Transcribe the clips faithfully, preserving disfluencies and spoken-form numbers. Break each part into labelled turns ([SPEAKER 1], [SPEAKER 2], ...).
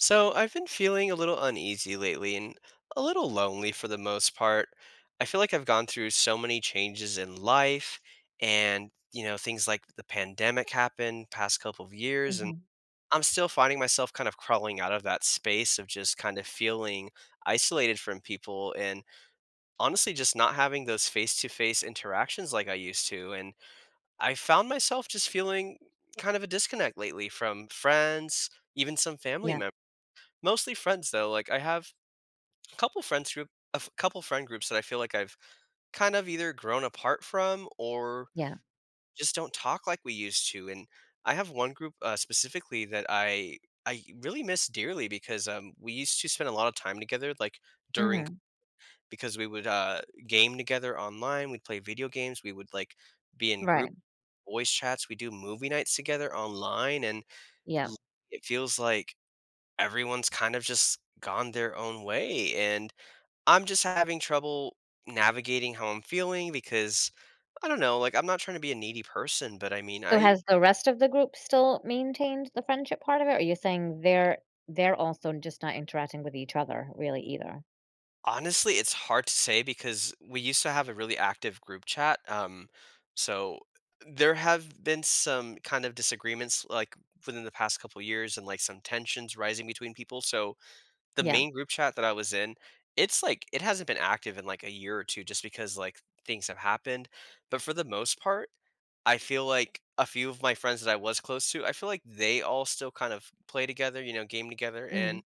[SPEAKER 1] So, I've been feeling a little uneasy lately and a little lonely for the most part. I feel like I've gone through so many changes in life and, you know, things like the pandemic happened past couple of years, and
[SPEAKER 2] Mhm.
[SPEAKER 1] I'm still finding myself kind of crawling out of that space of just kind of feeling isolated from people, and honestly just not having those face-to-face interactions like I used to, and I found myself just feeling kind of a disconnect lately from friends, even some family
[SPEAKER 2] Yeah,
[SPEAKER 1] members. Mostly friends though, like, I have a couple friends group a f couple friend groups that I feel like I've kind of either grown apart from, or
[SPEAKER 2] yeah.
[SPEAKER 1] just don't talk like we used to, and I have one group, uh, specifically that I I really miss dearly because, um, we used to spend a lot of time together, like, during
[SPEAKER 2] Mhm.
[SPEAKER 1] because we would, uh, game together online, we'd play video games, we would, like, be in group
[SPEAKER 2] Right.
[SPEAKER 1] voice chats, we do movie nights together online, and
[SPEAKER 2] Yeah.
[SPEAKER 1] l it feels like everyone's kind of just gone their own way, and I'm just having trouble navigating how I'm feeling because I don't know, like, I'm not trying to be a needy person, but I mean,
[SPEAKER 2] So
[SPEAKER 1] I.
[SPEAKER 2] has the rest of the group still maintained the friendship part of it? Or are you saying they're they're also just not interacting with each other really either?
[SPEAKER 1] Honestly, it's hard to say because we used to have a really active group chat. Um so there have been some kind of disagreements, like, within the past couple years, and like some tensions rising between people. So the
[SPEAKER 2] Yeah.
[SPEAKER 1] main group chat that I was in, it's like it hasn't been active in like a year or two just because like things have happened. But for the most part, I feel like a few of my friends that I was close to, I feel like they all still kind of play together, you know, game together, and
[SPEAKER 2] Mhm.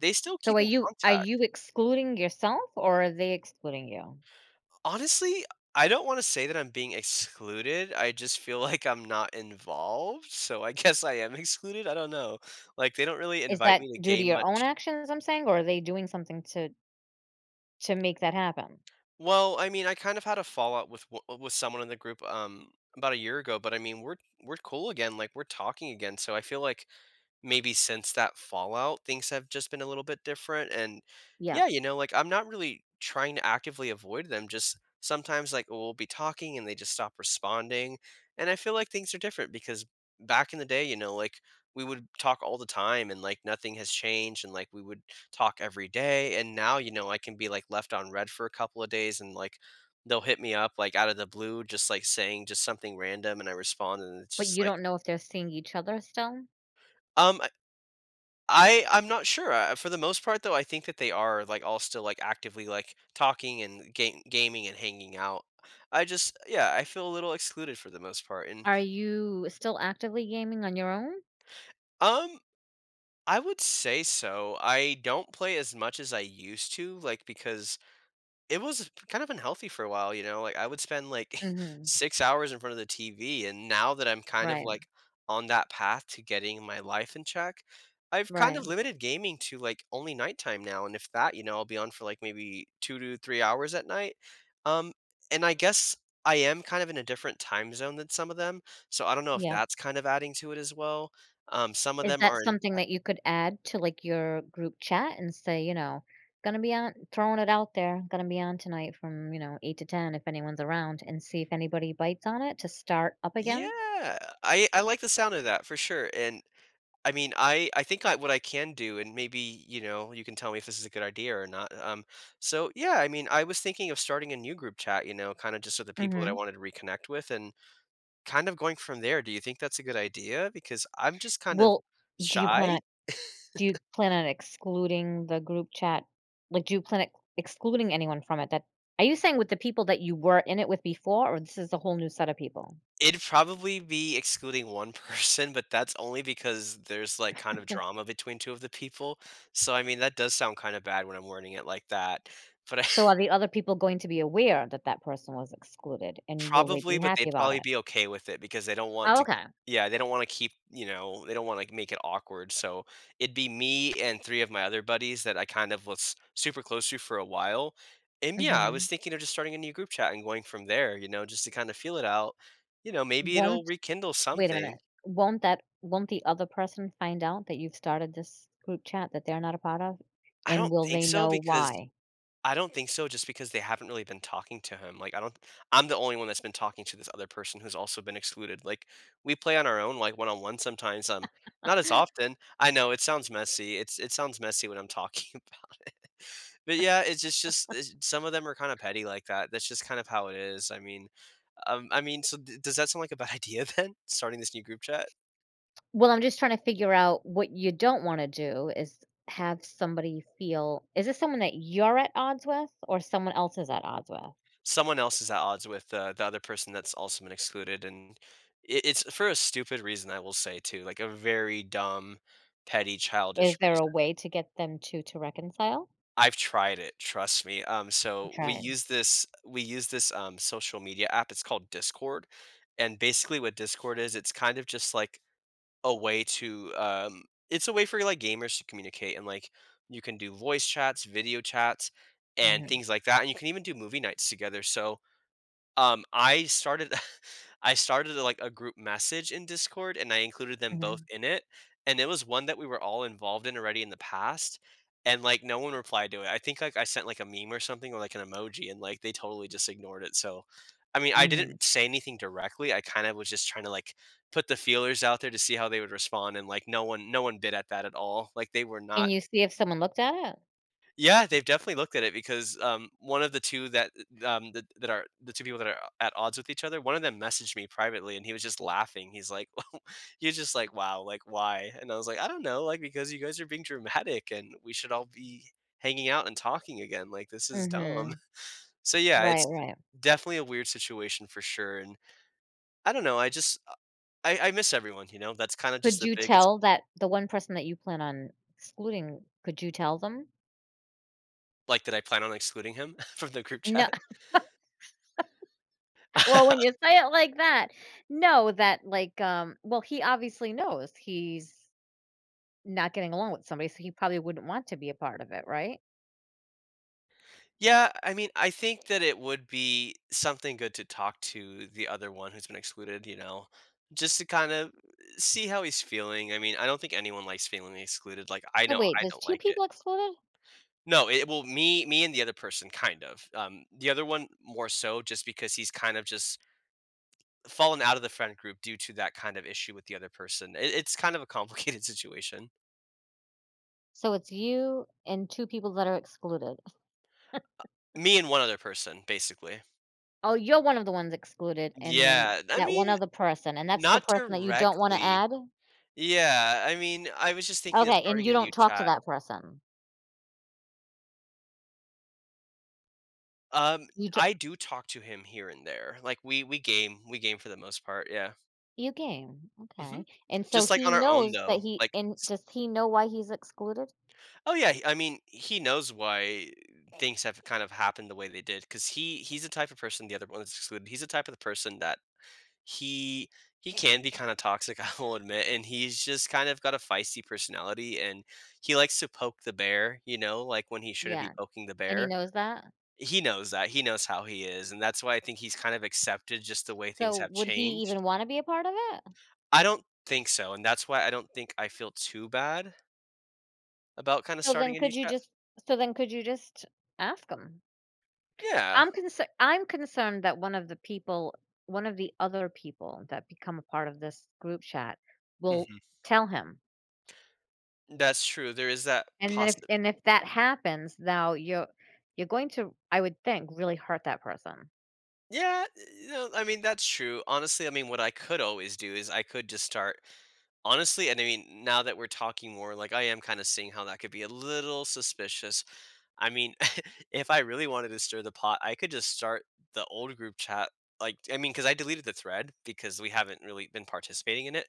[SPEAKER 1] they still
[SPEAKER 2] So
[SPEAKER 1] keep
[SPEAKER 2] are
[SPEAKER 1] in
[SPEAKER 2] you are you
[SPEAKER 1] contact.
[SPEAKER 2] excluding yourself or are they excluding you?
[SPEAKER 1] Honestly, I don't want to say that I'm being excluded. I just feel like I'm not involved. So I guess I am excluded. I don't know. Like, they don't really
[SPEAKER 2] Is
[SPEAKER 1] invite
[SPEAKER 2] that
[SPEAKER 1] me to
[SPEAKER 2] due to
[SPEAKER 1] game
[SPEAKER 2] your own
[SPEAKER 1] much.
[SPEAKER 2] actions, I'm saying, or are they doing something to to make that happen?
[SPEAKER 1] Well, I mean, I kind of had a fallout with w- uh, with someone in the group um about a year ago, but I mean, we're we're cool again. Like, we're talking again, so I feel like maybe since that fallout, things have just been a little bit different, and
[SPEAKER 2] Yeah.
[SPEAKER 1] yeah, you know, like, I'm not really trying to actively avoid them, just sometimes, like, we'll be talking and they just stop responding, and I feel like things are different because back in the day, you know, like, we would talk all the time and, like, nothing has changed, and, like, we would talk every day, and now, you know, I can be, like, left on red for a couple of days and, like, they'll hit me up, like, out of the blue, just, like, saying just something random, and I respond, and it's
[SPEAKER 2] But
[SPEAKER 1] just
[SPEAKER 2] you
[SPEAKER 1] like.
[SPEAKER 2] don't know if they're seeing each other still?
[SPEAKER 1] "Um, I I'm not sure, uh, for the most part, though, I think that they are, like, all still, like, actively, like, talking and game gaming and hanging out. I just Yeah, I feel a little excluded for the most part, and,
[SPEAKER 2] Are you still actively gaming on your own?
[SPEAKER 1] um, I would say so. I don't play as much as I used to, like, because it was kind of unhealthy for a while, you know, like, I would spend, like,
[SPEAKER 2] Mhm.
[SPEAKER 1] six hours in front of the T V, and now that I'm kind of,
[SPEAKER 2] Right.
[SPEAKER 1] like, on that path to getting my life in check, I've kind
[SPEAKER 2] Right.
[SPEAKER 1] of limited gaming to, like, only nighttime now, and if that, you know, I'll be on for, like, maybe two to three hours at night, um, and I guess I am kind of in a different time zone than some of them, so I don't know if
[SPEAKER 2] Yeah.
[SPEAKER 1] that's kind of adding to it as well, um, some of
[SPEAKER 2] Is
[SPEAKER 1] them
[SPEAKER 2] that
[SPEAKER 1] are in.
[SPEAKER 2] something that you could add to, like, your group chat and say, you know, "Gonna be on throwing it out there, gonna be on tonight from, you know, eight to ten if anyone's around," and see if anybody bites on it to start up again?
[SPEAKER 1] Yeah, I I like the sound of that for sure, and I mean, I I think I what I can do, and maybe, you know, you can tell me if this is a good idea or not. Um, so yeah, I mean, I was thinking of starting a new group chat, you know, kind of just with the people that I
[SPEAKER 2] Mhm.
[SPEAKER 1] wanted to reconnect with, and kind of going from there. Do you think that's a good idea? Because I'm just kind of
[SPEAKER 2] Well, do you plan
[SPEAKER 1] shy.
[SPEAKER 2] on do you plan on excluding the group chat? Like, do you plan on excluding anyone from it that are you saying with the people that you were in it with before, or this is a whole new set of people?
[SPEAKER 1] It'd probably be excluding one person, but that's only because there's, like, kind of drama between two of the people. So I mean, that does sound kind of bad when I'm wording it like that. But
[SPEAKER 2] So are the other people going to be aware that that person was excluded, and will they
[SPEAKER 1] Probably,
[SPEAKER 2] be
[SPEAKER 1] but they'd
[SPEAKER 2] happy about
[SPEAKER 1] probably
[SPEAKER 2] it?
[SPEAKER 1] be okay with it because they don't want
[SPEAKER 2] Oh,
[SPEAKER 1] to.
[SPEAKER 2] okay.
[SPEAKER 1] Yeah, they don't wanna keep, you know, they don't wanna, like, make it awkward, so it'd be me and three of my other buddies that I kind of was super close to for a while, and yeah, I was
[SPEAKER 2] Mhm.
[SPEAKER 1] thinking of just starting a new group chat and going from there, you know, just to kinda feel it out. You know, maybe it'll
[SPEAKER 2] Won't
[SPEAKER 1] rekindle
[SPEAKER 2] wait a
[SPEAKER 1] something.
[SPEAKER 2] minute. Won't that won't the other person find out that you've started this group chat that they're not a part of?
[SPEAKER 1] I
[SPEAKER 2] And
[SPEAKER 1] don't
[SPEAKER 2] will
[SPEAKER 1] think
[SPEAKER 2] they
[SPEAKER 1] so
[SPEAKER 2] know
[SPEAKER 1] because
[SPEAKER 2] why?
[SPEAKER 1] I don't think so, just because they haven't really been talking to him. Like, I don't I'm the only one that's been talking to this other person who's also been excluded. Like, we play on our own like one-on-one sometimes, um not as often. I know it sounds messy. It's it sounds messy when I'm talking about. But yeah, it's just just it's, some of them are kind of petty like that. That's just kind of how it is. I mean, um I mean, so th- does that sound like a bad idea then? Starting this new group chat?
[SPEAKER 2] Well, I'm just trying to figure out what you don't wanna do is have somebody feel is this someone that you're at odds with or someone else is at odds with?
[SPEAKER 1] Someone else is at odds with, uh, the other person that's also been excluded, and it, it's for a stupid reason, I will say too, like a very dumb, petty, childish
[SPEAKER 2] Is there a
[SPEAKER 1] reason.
[SPEAKER 2] way to get them to to reconcile?
[SPEAKER 1] I've tried it, trust me, um
[SPEAKER 2] I'm
[SPEAKER 1] so we
[SPEAKER 2] trying.
[SPEAKER 1] use this we use this um social media app, it's called Discord, and basically what Discord is, it's kind of just like a way to, um it's a way for, like, gamers to communicate and, like, you can do voice chats, video chats, and
[SPEAKER 2] Mhm,
[SPEAKER 1] things like that, and you can even do movie nights together, so. Um, I started I started, like, a group message in Discord, and I included them both
[SPEAKER 2] mhm,
[SPEAKER 1] in it, and it was one that we were all involved in already in the past, and, like, no one replied to it. I think, like, I sent, like, a meme or something or, like, an emoji, and, like, they totally just ignored it, so I mean, I
[SPEAKER 2] mhm.
[SPEAKER 1] didn't say anything directly, I kinda was just trying to, like, put the feelers out there to see how they would respond, and, like, no one no one bit at that at all. Like, they were
[SPEAKER 2] Can
[SPEAKER 1] not.
[SPEAKER 2] you see if someone looked at it?
[SPEAKER 1] Yeah, they've definitely looked at it because, um, one of the two that, um, that that are the two people that are at odds with each other, one of them messaged me privately and he was just laughing. He's like, "You're just like, wow, like, why?" And I was like, "I don't know, like, because you guys are being dramatic and we should all be hanging out and talking again, like, this is dumb."
[SPEAKER 2] Mhm.
[SPEAKER 1] So, yeah,
[SPEAKER 2] Right,
[SPEAKER 1] it's
[SPEAKER 2] right.
[SPEAKER 1] definitely a weird situation for sure, and I don't know, I just I I miss everyone, you know? That's kinda just
[SPEAKER 2] Could
[SPEAKER 1] the
[SPEAKER 2] you
[SPEAKER 1] biggest.
[SPEAKER 2] tell that the one person that you plan on excluding, could you tell them?
[SPEAKER 1] Like, that I plan on excluding him from the group
[SPEAKER 2] No.
[SPEAKER 1] chat?
[SPEAKER 2] well, when you say it like that, no, that, like, um well, he obviously knows he's not getting along with somebody, so he probably wouldn't want to be a part of it, right?
[SPEAKER 1] Yeah, I mean, I think that it would be something good to talk to the other one who's been excluded, you know, just to kind of see how he's feeling. I mean, I don't think anyone likes feeling excluded. Like, I
[SPEAKER 2] So
[SPEAKER 1] know
[SPEAKER 2] wait,
[SPEAKER 1] I
[SPEAKER 2] there's
[SPEAKER 1] don't
[SPEAKER 2] two
[SPEAKER 1] like it.
[SPEAKER 2] people excluded?
[SPEAKER 1] No, it will me, me and the other person, kind of. Um, the other one more so, just because he's kind of just fallen out of the friend group due to that kind of issue with the other person. It, it's kind of a complicated situation.
[SPEAKER 2] So it's you and two people that are excluded.
[SPEAKER 1] Me and one other person, basically.
[SPEAKER 2] Oh, you're one of the ones excluded, and then
[SPEAKER 1] Yeah, I
[SPEAKER 2] that one
[SPEAKER 1] mean,
[SPEAKER 2] other person, and that's the
[SPEAKER 1] not
[SPEAKER 2] person that you don't wanna
[SPEAKER 1] directly.
[SPEAKER 2] add?
[SPEAKER 1] Yeah, I mean, I was just thinking of
[SPEAKER 2] Okay, and
[SPEAKER 1] starting a
[SPEAKER 2] you
[SPEAKER 1] new
[SPEAKER 2] don't talk to
[SPEAKER 1] chat.
[SPEAKER 2] that person?
[SPEAKER 1] Um,
[SPEAKER 2] You
[SPEAKER 1] I do talk to him here and there. Like, we we game, we game for the most part, yeah.
[SPEAKER 2] You game,
[SPEAKER 1] Mhm.
[SPEAKER 2] okay, and so
[SPEAKER 1] Just like
[SPEAKER 2] he
[SPEAKER 1] on our own
[SPEAKER 2] knows that
[SPEAKER 1] though.
[SPEAKER 2] he
[SPEAKER 1] Like
[SPEAKER 2] and
[SPEAKER 1] s
[SPEAKER 2] does he know why he's excluded?
[SPEAKER 1] Oh yeah, he- I mean, he knows why things have kind of happened the way they did. Cause he he's the type of person the other one is excluded. He's the type of the person that he he can be kinda toxic, I will admit, and he's just kind of got a feisty personality, and he likes to poke the bear, you know, like when he shouldn't be
[SPEAKER 2] Yeah,
[SPEAKER 1] poking the
[SPEAKER 2] and he
[SPEAKER 1] bear.
[SPEAKER 2] knows that?
[SPEAKER 1] He knows that, he knows how he is, and that's why I think he's kind of accepted just the way things
[SPEAKER 2] So,
[SPEAKER 1] have
[SPEAKER 2] would he
[SPEAKER 1] changed.
[SPEAKER 2] even wanna be a part of it?
[SPEAKER 1] I don't think so, and that's why I don't think I feel too bad about kinda
[SPEAKER 2] So
[SPEAKER 1] starting
[SPEAKER 2] then
[SPEAKER 1] a new
[SPEAKER 2] could you
[SPEAKER 1] chat.
[SPEAKER 2] just so then could you just ask him?
[SPEAKER 1] Yeah.
[SPEAKER 2] I'm concerned. I'm concerned that one of the people one of the other people that become a part of this group chat will
[SPEAKER 1] Mhm.
[SPEAKER 2] tell him.
[SPEAKER 1] That's true, there is that
[SPEAKER 2] And then if
[SPEAKER 1] possible.
[SPEAKER 2] and if that happens, now you're you're going to, I would think, really hurt that person.
[SPEAKER 1] Yeah, you know, I mean, that's true. Honestly, I mean, what I could always do is I could just start. Honestly, and I mean, now that we're talking more, like I am kind of seeing how that could be a little suspicious. I mean, if I really wanted to stir the pot, I could just start the old group chat. Like, I mean, because I deleted the thread because we haven't really been participating in it.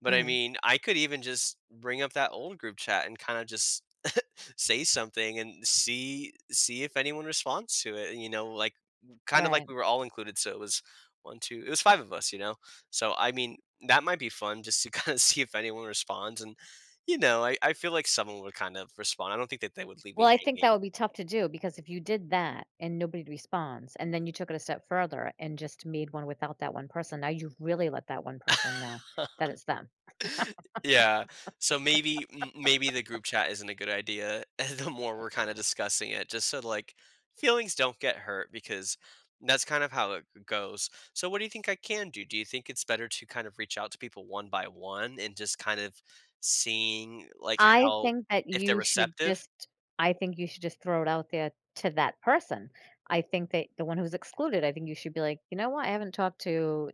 [SPEAKER 1] But I
[SPEAKER 2] Mhm,
[SPEAKER 1] mean, I could even just bring up that old group chat and kind of just say something and see see if anyone responds to it. You know, like kind of like
[SPEAKER 2] right.
[SPEAKER 1] we were all included. So it was one, two, it was five of us. You know, so I mean that might be fun just to kind of see if anyone responds. And you know, I I feel like someone would kind of respond. I don't think that they would leave me
[SPEAKER 2] Well, I think
[SPEAKER 1] hanging.
[SPEAKER 2] that would be tough to do because if you did that and nobody responds, and then you took it a step further and just made one without that one person, now you've really let that one person know that it's them.
[SPEAKER 1] Yeah. So maybe m- maybe the group chat isn't a good idea the more we're kind of discussing it just so like feelings don't get hurt because that's kind of how it g- goes. So what do you think I can do? Do you think it's better to kind of reach out to people one by one and just kind of seeing like
[SPEAKER 2] I
[SPEAKER 1] how
[SPEAKER 2] think that
[SPEAKER 1] if they're
[SPEAKER 2] you should
[SPEAKER 1] receptive?
[SPEAKER 2] just I think you should just throw it out there to that person. I think that the one who's excluded, I think you should be like, "You know what? I haven't talked to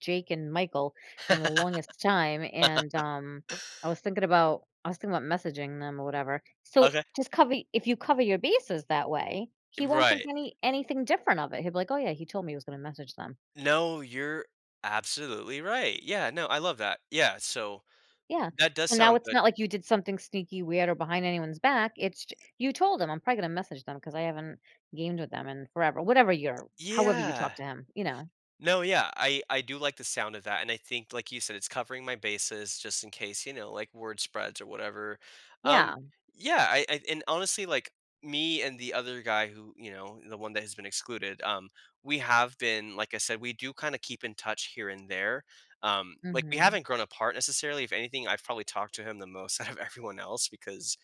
[SPEAKER 2] Jake and Michael in the longest time, and, um, I was thinking about I was thinking about messaging them or whatever." So,
[SPEAKER 1] Okay.
[SPEAKER 2] just cover if you cover your bases that way, he won't think
[SPEAKER 1] Right.
[SPEAKER 2] any anything different of it. He'll be like, "Oh, yeah, he told me he was gonna message them."
[SPEAKER 1] No, you're absolutely right. Yeah, no, I love that. Yeah, so
[SPEAKER 2] Yeah,
[SPEAKER 1] that does
[SPEAKER 2] so now
[SPEAKER 1] sound
[SPEAKER 2] it's
[SPEAKER 1] good.
[SPEAKER 2] not like you did something sneaky, weird, or behind anyone's back, it's j you told him, I'm probably gonna message them, 'cause I am probably going to message them because I have not gamed with them in forever, whatever you're, however you
[SPEAKER 1] Yeah.
[SPEAKER 2] talk to him, you know?
[SPEAKER 1] No, yeah, I I do like the sound of that, and I think, like you said, it's covering my bases just in case you know, like word spreads or whatever. Um,
[SPEAKER 2] Yeah,
[SPEAKER 1] yeah, I, I and honestly, like me and the other guy who you know, the one that has been excluded, um, we have been, like I said, we do kind of keep in touch here and there. Um, like we
[SPEAKER 2] mhm.
[SPEAKER 1] haven't grown apart necessarily. If anything, I've probably talked to him the most out of everyone else because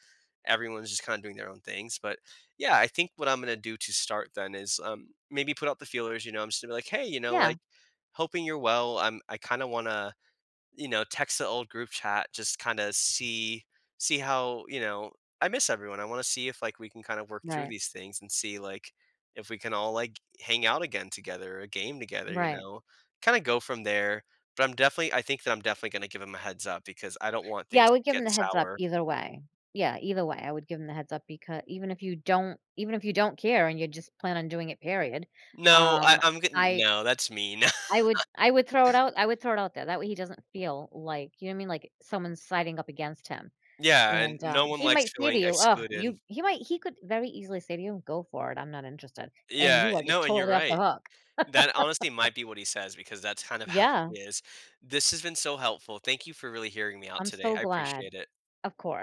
[SPEAKER 1] everyone's just kind of doing their own things. But yeah, I think what I'm gonna do to start then is um, maybe put out the feelers. You know, I'm just gonna be like, hey, you know, like
[SPEAKER 2] Yeah,
[SPEAKER 1] hoping you're well. I'm I kind of wanna you know text the old group chat, just kind of see see how you know I miss everyone. I want to see if like we can kind of work through
[SPEAKER 2] right,
[SPEAKER 1] these things and see like if we can all like hang out again together, a game together. You
[SPEAKER 2] right.
[SPEAKER 1] know, kind of go from there. But I'm definitely, I think that I'm definitely going to give him a heads up because I don't want
[SPEAKER 2] Yeah,
[SPEAKER 1] things
[SPEAKER 2] I
[SPEAKER 1] to
[SPEAKER 2] would give him
[SPEAKER 1] get
[SPEAKER 2] the heads up
[SPEAKER 1] sour.
[SPEAKER 2] either way. Yeah, either way, I would give him the heads up because even if you don't even if you don't care and you just plan on doing it, period,
[SPEAKER 1] No, I
[SPEAKER 2] um,
[SPEAKER 1] I'm good.
[SPEAKER 2] I
[SPEAKER 1] No, that's mean.
[SPEAKER 2] I would I would throw it out I would throw it out there, that way he doesn't feel like you know what I mean, like someone's siding up against him.
[SPEAKER 1] Yeah, and
[SPEAKER 2] And, um,
[SPEAKER 1] no one
[SPEAKER 2] he
[SPEAKER 1] likes
[SPEAKER 2] might say to
[SPEAKER 1] feeling
[SPEAKER 2] you, "Oh,
[SPEAKER 1] excluded.
[SPEAKER 2] you" he might he could very easily say to you, "Go for it, I'm not interested," and
[SPEAKER 1] Yeah,
[SPEAKER 2] you are just
[SPEAKER 1] no, and you're
[SPEAKER 2] totally off the
[SPEAKER 1] right.
[SPEAKER 2] hook.
[SPEAKER 1] That honestly might be what he says because that's kind of how
[SPEAKER 2] Yeah,
[SPEAKER 1] he is. This has been so helpful. Thank you for really hearing me out
[SPEAKER 2] I'm
[SPEAKER 1] today.
[SPEAKER 2] so
[SPEAKER 1] I
[SPEAKER 2] glad.
[SPEAKER 1] appreciate it.
[SPEAKER 2] Of course.